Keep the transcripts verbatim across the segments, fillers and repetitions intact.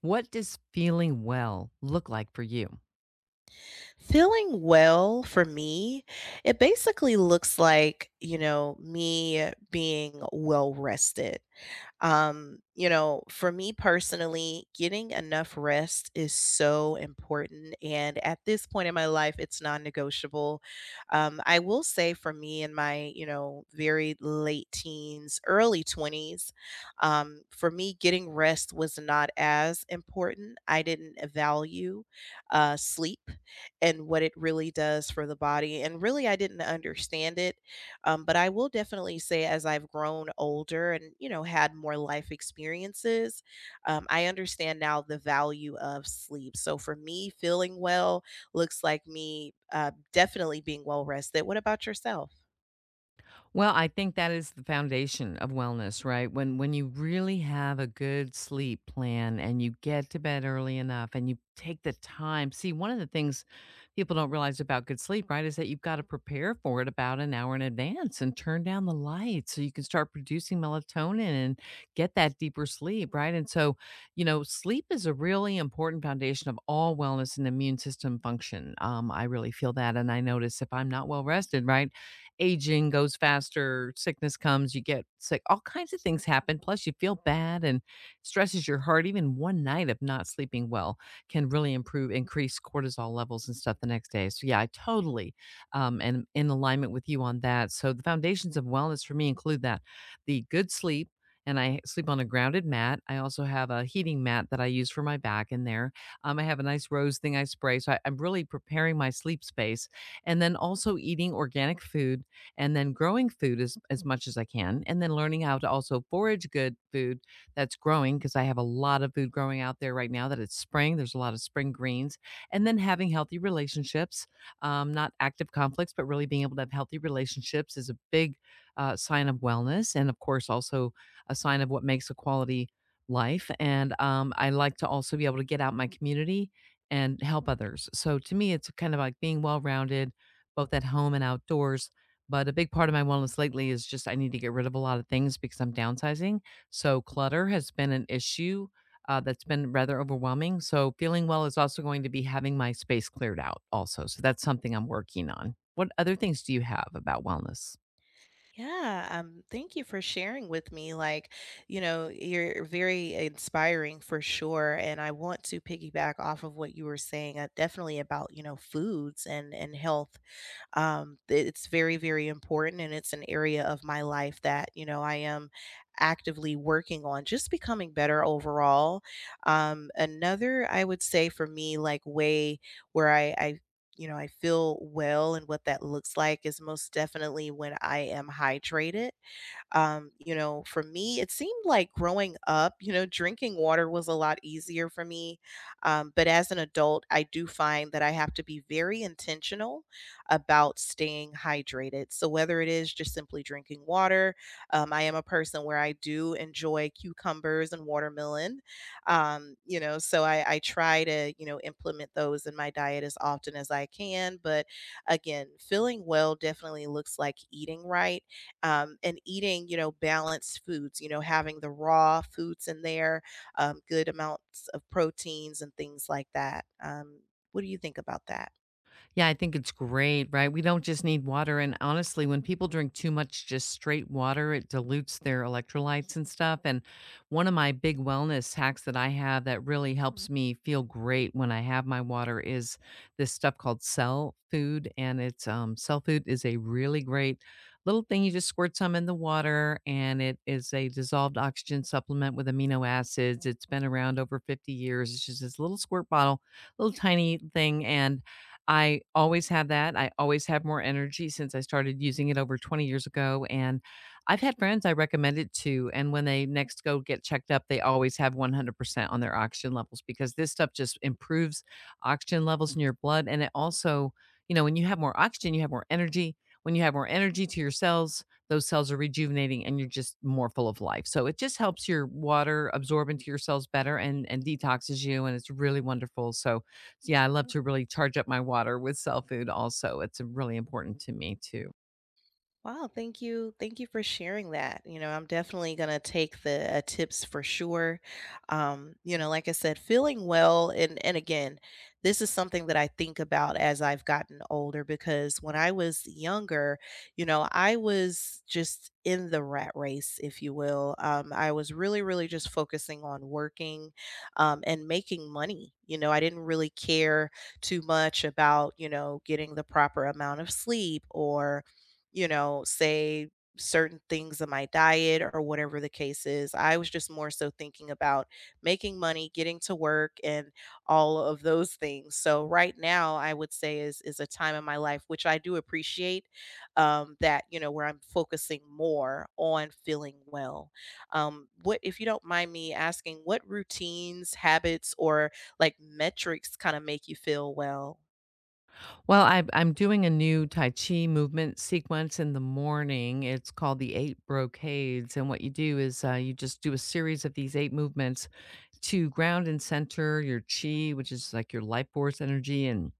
What does feeling well look like for you? Feeling well for me, it basically looks like, you know, me being well rested. Um, you know, for me personally, getting enough rest is so important. And at this point in my life, it's non negotiable. Um, I will say for me in my, you know, very late teens, early twenties, um, for me, getting rest was not as important. I didn't value uh, sleep and what it really does for the body. And really, I didn't understand it um, but I will definitely say, as I've grown older and you know had more life experiences, um, I understand now the value of sleep. So for me, feeling well looks like me uh, definitely being well rested. What about yourself? Well, I think that is the foundation of wellness, right? When when you really have a good sleep plan and you get to bed early enough and you take the time. See, one of the things people don't realize about good sleep, right, is that you've got to prepare for it about an hour in advance and turn down the lights so you can start producing melatonin and get that deeper sleep, right? And so, you know, sleep is a really important foundation of all wellness and immune system function. Um, I really feel that, and I notice if I'm not well rested, right, aging goes faster, sickness comes, you get sick, all kinds of things happen. Plus, you feel bad and stresses your heart. Even one night of not sleeping well can really improve, increase cortisol levels and stuff the next day. So, yeah, I totally um, am in alignment with you on that. So, the foundations of wellness for me include that the good sleep. And I sleep on a grounded mat. I also have a heating mat that I use for my back in there. Um, I have a nice rose thing I spray. So I, I'm really preparing my sleep space. And then also eating organic food and then growing food as, as much as I can, and then learning how to also forage good food that's growing because I have a lot of food growing out there right now that it's spring. There's a lot of spring greens, and then having healthy relationships, um, not active conflicts, but really being able to have healthy relationships is a big uh, sign of wellness, and of course, also a sign of what makes a quality life. And um, I like to also be able to get out in my community and help others. So to me, it's kind of like being well rounded, both at home and outdoors, but a big part of my wellness lately is just I need to get rid of a lot of things because I'm downsizing. So clutter has been an issue uh, that's been rather overwhelming. So feeling well is also going to be having my space cleared out also. So that's something I'm working on. What other things do you have about wellness? Yeah, um, thank you for sharing with me. Like, you know, you're very inspiring for sure. And I want to piggyback off of what you were saying, uh, definitely about, you know, foods and and health. Um, it- it's very, very important. And it's an area of my life that, you know, I am actively working on just becoming better overall. Um, another, I would say for me, like way where I, I you know, I feel well and what that looks like is most definitely when I am hydrated. Um, you know, for me, it seemed like growing up, you know, drinking water was a lot easier for me. Um, but as an adult, I do find that I have to be very intentional about staying hydrated. So whether it is just simply drinking water, um, I am a person where I do enjoy cucumbers and watermelon. Um, you know, so I, I try to, you know, implement those in my diet as often as I can. But again, feeling well definitely looks like eating right, um, and eating, you know, balanced foods, you know, having the raw foods in there, um, good amounts of proteins and things like that. Um, what do you think about that? Yeah, I think it's great, right? We don't just need water. And honestly, when people drink too much just straight water, it dilutes their electrolytes and stuff. And one of my big wellness hacks that I have that really helps me feel great when I have my water is this stuff called Cell Food. And it's um, Cell Food is a really great little thing. You just squirt some in the water, and it is a dissolved oxygen supplement with amino acids. It's been around over fifty years. It's just this little squirt bottle, little tiny thing. And I always have that. I always have more energy since I started using it over twenty years ago, and I've had friends I recommend it to, and when they next go get checked up, they always have one hundred percent on their oxygen levels because this stuff just improves oxygen levels in your blood, and it also, you know, when you have more oxygen, you have more energy. When you have more energy to your cells, those cells are rejuvenating and you're just more full of life. So it just helps your water absorb into your cells better and and detoxes you and it's really wonderful. So yeah, I love to really charge up my water with cell food also. It's really important to me too. Wow, thank you. Thank you for sharing that. You know, I'm definitely going to take the uh, tips for sure. Um, you know, like I said, feeling well and and again, this is something that I think about as I've gotten older because when I was younger, you know, I was just in the rat race, if you will. Um, I was really, really just focusing on working, um, and making money. You know, I didn't really care too much about, you know, getting the proper amount of sleep or you know, say certain things in my diet or whatever the case is. I was just more so thinking about making money, getting to work and all of those things. So right now I would say is is a time in my life which I do appreciate, um that, you know, where I'm focusing more on feeling well. Um what if you don't mind me asking what routines, habits or like metrics kind of make you feel well? Well, I, I'm doing a new Tai Chi movement sequence in the morning. It's called the Eight Brocades. And what you do is uh, you just do a series of these eight movements to ground and center your chi, which is like your life force energy, and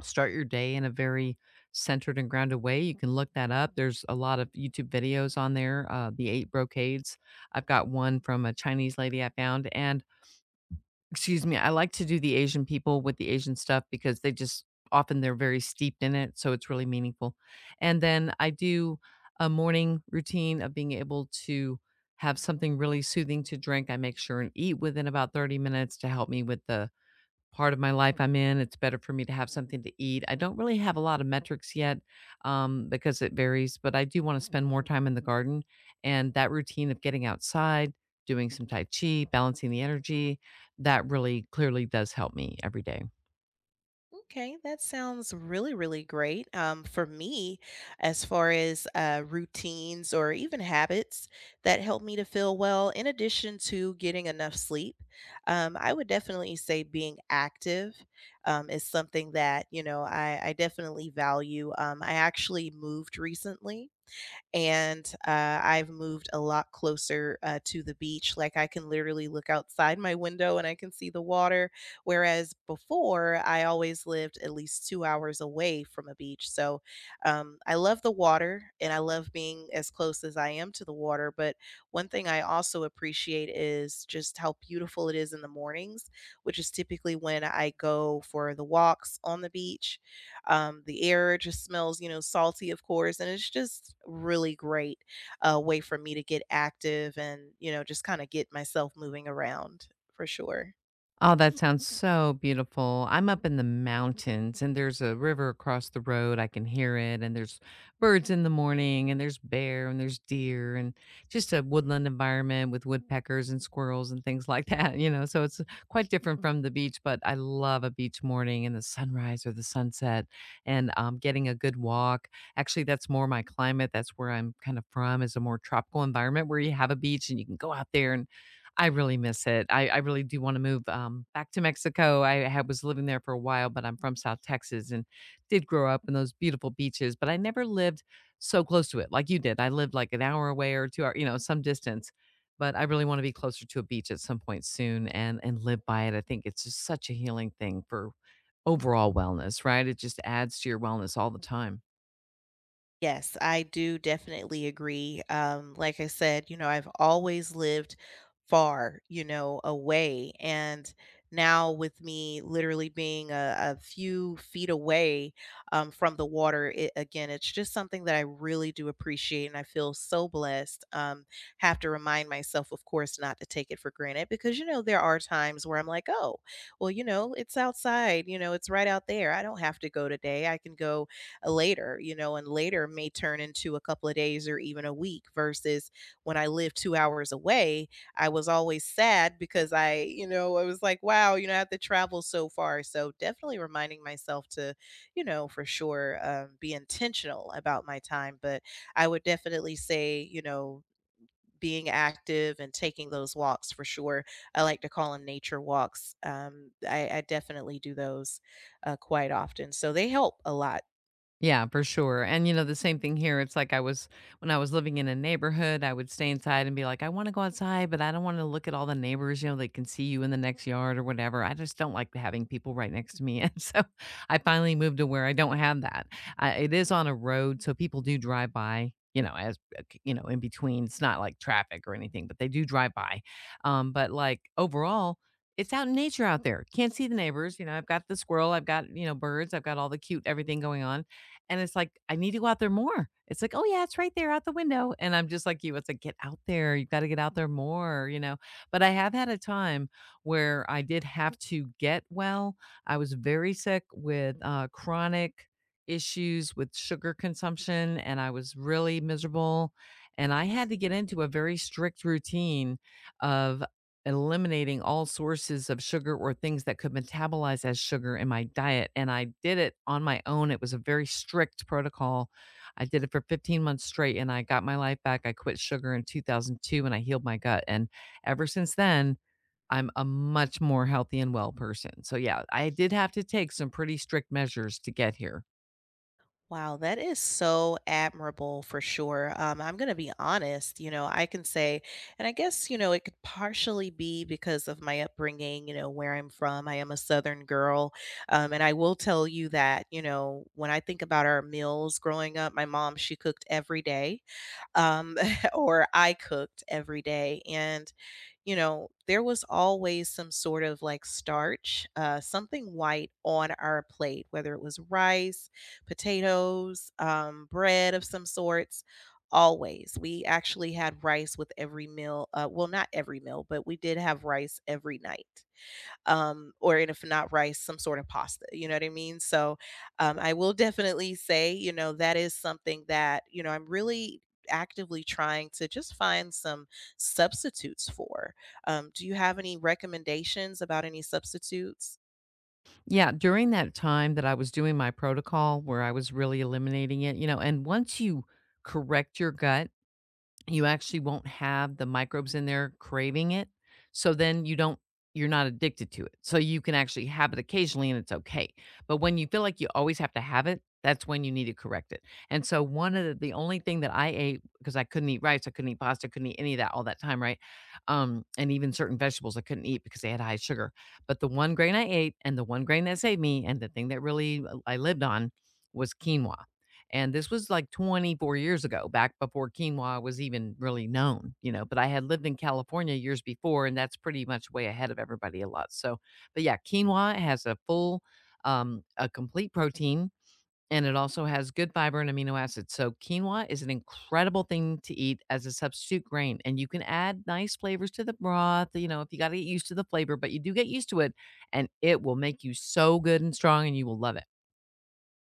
start your day in a very centered and grounded way. You can look that up. There's a lot of YouTube videos on there, uh, the Eight Brocades. I've got one from a Chinese lady I found. And excuse me, I like to do the Asian people with the Asian stuff because they just often they're very steeped in it, so it's really meaningful. And then I do a morning routine of being able to have something really soothing to drink. I make sure and eat within about thirty minutes to help me with the part of my life I'm in, it's better for me to have something to eat. I don't really have a lot of metrics yet, um, because it varies, but I do want to spend more time in the garden. And that routine of getting outside, doing some Tai Chi, balancing the energy, that really clearly does help me every day. Okay, that sounds really, really great. Um, for me, as far as uh, routines or even habits that help me to feel well, in addition to getting enough sleep, um, I would definitely say being active, um, is something that, you know, I, I definitely value. Um, I actually moved recently and uh, I've moved a lot closer uh, to the beach. Like I can literally look outside my window and I can see the water. Whereas before, I always lived at least two hours away from a beach. So um, I love the water and I love being as close as I am to the water. But one thing I also appreciate is just how beautiful it is in the mornings, which is typically when I go for the walks on the beach, um, the air just smells, you know, salty, of course, and it's just really great, uh, way for me to get active and you know just kind of get myself moving around for sure. Oh, that sounds so beautiful. I'm up in the mountains and there's a river across the road. I can hear it. And there's birds in the morning and there's bear and there's deer and just a woodland environment with woodpeckers and squirrels and things like that, you know. So it's quite different from the beach, but I love a beach morning and the sunrise or the sunset and um, getting a good walk. Actually, that's more my climate. That's where I'm kind of from, is a more tropical environment where you have a beach and you can go out there, and I really miss it. I I really do wanna move, um, back to Mexico. I had was living there for a while, but I'm from South Texas and did grow up in those beautiful beaches, but I never lived so close to it like you did. I lived, like, an hour away or two hour, you know, some distance, but I really wanna be closer to a beach at some point soon and and live by it. I think it's just such a healing thing for overall wellness, right? It just adds to your wellness all the time. Yes, I do definitely agree. Um, like I said, you know, I've always lived far, you know, away. And now, with me literally being a, a few feet away, um, from the water, it, again, it's just something that I really do appreciate. And I feel so blessed. Um, have to remind myself, of course, not to take it for granted because, you know, there are times where I'm like, oh, well, you know, it's outside, you know, it's right out there. I don't have to go today. I can go later, you know, and later may turn into a couple of days or even a week versus when I lived two hours away, I was always sad because I, you know, I was like, wow, you know, I have to travel so far. So definitely reminding myself to, you know, for sure, um, be intentional about my time. But I would definitely say, you know, being active and taking those walks for sure. I like to call them nature walks. Um, I, I definitely do those uh, quite often. So they help a lot. Yeah, for sure. And you know, the same thing here. It's like I was when I was living in a neighborhood, I would stay inside and be like, I want to go outside, but I don't want to look at all the neighbors, you know, they can see you in the next yard or whatever. I just don't like having people right next to me. And so I finally moved to where I don't have that. I, it is on a road, so people do drive by. You know, as uh, c- you know, in between, it's not like traffic or anything, but they do drive by. Um, but like overall, it's out in nature out there. Can't see the neighbors. You know, I've got the squirrel, I've got, you know, birds, I've got all the cute everything going on and it's like, I need to go out there more. It's like, oh yeah, it's right there out the window. And I'm just like you, it's like, get out there. You got to get out there more, you know. But I have had a time where I did have to get well. I was very sick with uh, chronic issues with sugar consumption, and I was really miserable. And I had to get into a very strict routine of eliminating all sources of sugar or things that could metabolize as sugar in my diet. And I did it on my own. It was a very strict protocol. I did it for fifteen months straight and I got my life back. I quit sugar in two thousand two and I healed my gut. And ever since then, I'm a much more healthy and well person. So, yeah, I did have to take some pretty strict measures to get here. Wow, that is so admirable for sure. Um, I'm going to be honest, you know, I can say, and I guess, you know, it could partially be because of my upbringing, you know, where I'm from. I am a Southern girl. Um, and I will tell you that, you know, when I think about our meals growing up, my mom, she cooked every day, um, or I cooked every day. And, you know, there was always some sort of like starch, uh, something white on our plate, whether it was rice, potatoes, um, bread of some sorts. Always. We actually had rice with every meal. Uh, well, not every meal, but we did have rice every night, um, or if not rice, some sort of pasta. You know what I mean? So um, I will definitely say, you know, that is something that you know I'm really actively trying to just find some substitutes for. Um, do you have any recommendations about any substitutes? Yeah, during that time that I was doing my protocol where I was really eliminating it, you know, and once you correct your gut, you actually won't have the microbes in there craving it, so then you don't you're not addicted to it. So you can actually have it occasionally and it's okay. But when you feel like you always have to have it, that's when you need to correct it. And so one of the, the only thing that I ate, because I couldn't eat rice, I couldn't eat pasta, I couldn't eat any of that all that time, right? Um, and even certain vegetables I couldn't eat because they had high sugar. But the one grain I ate and the one grain that saved me and the thing that really uh, I lived on was quinoa, and this was like twenty-four years ago, back before quinoa was even really known, you know, but I had lived in California years before, and that's pretty much way ahead of everybody a lot. So, but yeah, quinoa has a full, um, a complete protein, and it also has good fiber and amino acids. So, quinoa is an incredible thing to eat as a substitute grain, and you can add nice flavors to the broth, you know, if you got to get used to the flavor, but you do get used to it, and it will make you so good and strong, and you will love it.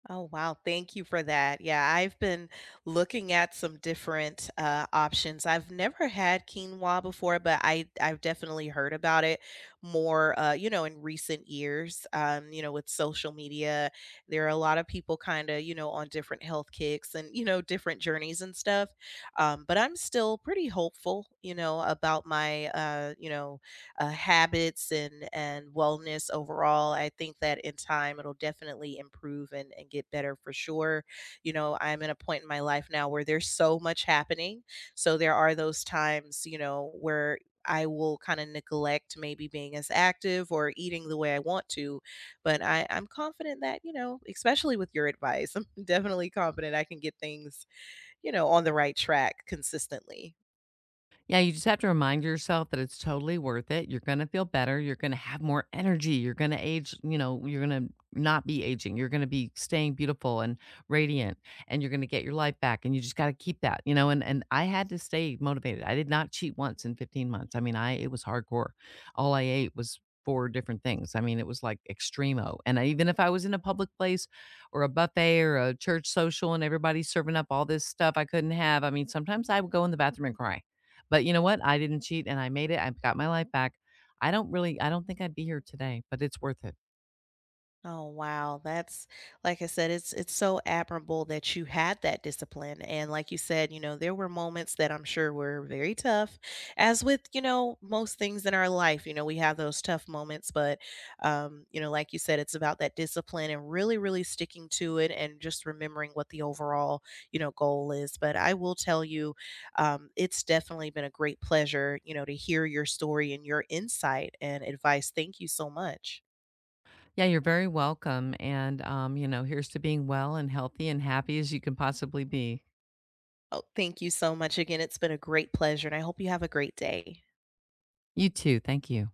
Oh, wow. Thank you for that. Yeah, I've been looking at some different uh, options. I've never had quinoa before, but I, I've definitely heard about it more, uh, you know, in recent years. Um, you know, with social media, there are a lot of people kind of, you know, on different health kicks and, you know, different journeys and stuff. Um, but I'm still pretty hopeful, you know, about my, uh, you know, uh, habits and and wellness overall. I think that in time it'll definitely improve and, and get better for sure. You know, I'm at a point in my life now where there's so much happening, so there are those times you know where I will kind of neglect maybe being as active or eating the way I want to. But I, I'm confident that, you know, especially with your advice, I'm definitely confident I can get things, you know, on the right track consistently. Yeah, you just have to remind yourself that it's totally worth it. You're going to feel better. You're going to have more energy. You're going to age, you know, you're going to not be aging. You're going to be staying beautiful and radiant and you're going to get your life back and you just got to keep that, you know, and and I had to stay motivated. I did not cheat once in fifteen months. I mean, I it was hardcore. All I ate was four different things. I mean, it was like extremo. And I, even if I was in a public place or a buffet or a church social and everybody's serving up all this stuff I couldn't have, I mean, sometimes I would go in the bathroom and cry, but you know what? I didn't cheat and I made it. I've got my life back. I don't really I don't think I'd be here today, but it's worth it. Oh wow, that's like I said, it's it's so admirable that you had that discipline. And like you said, you know, there were moments that I'm sure were very tough, as with, you know, most things in our life. You know, we have those tough moments, but um, you know, like you said, it's about that discipline and really, really sticking to it and just remembering what the overall, you know, goal is. But I will tell you, um, it's definitely been a great pleasure, you know, to hear your story and your insight and advice. Thank you so much. Yeah, you're very welcome. And um, you know, here's to being well and healthy and happy as you can possibly be. Oh, thank you so much again. It's been a great pleasure, and I hope you have a great day. You too. Thank you.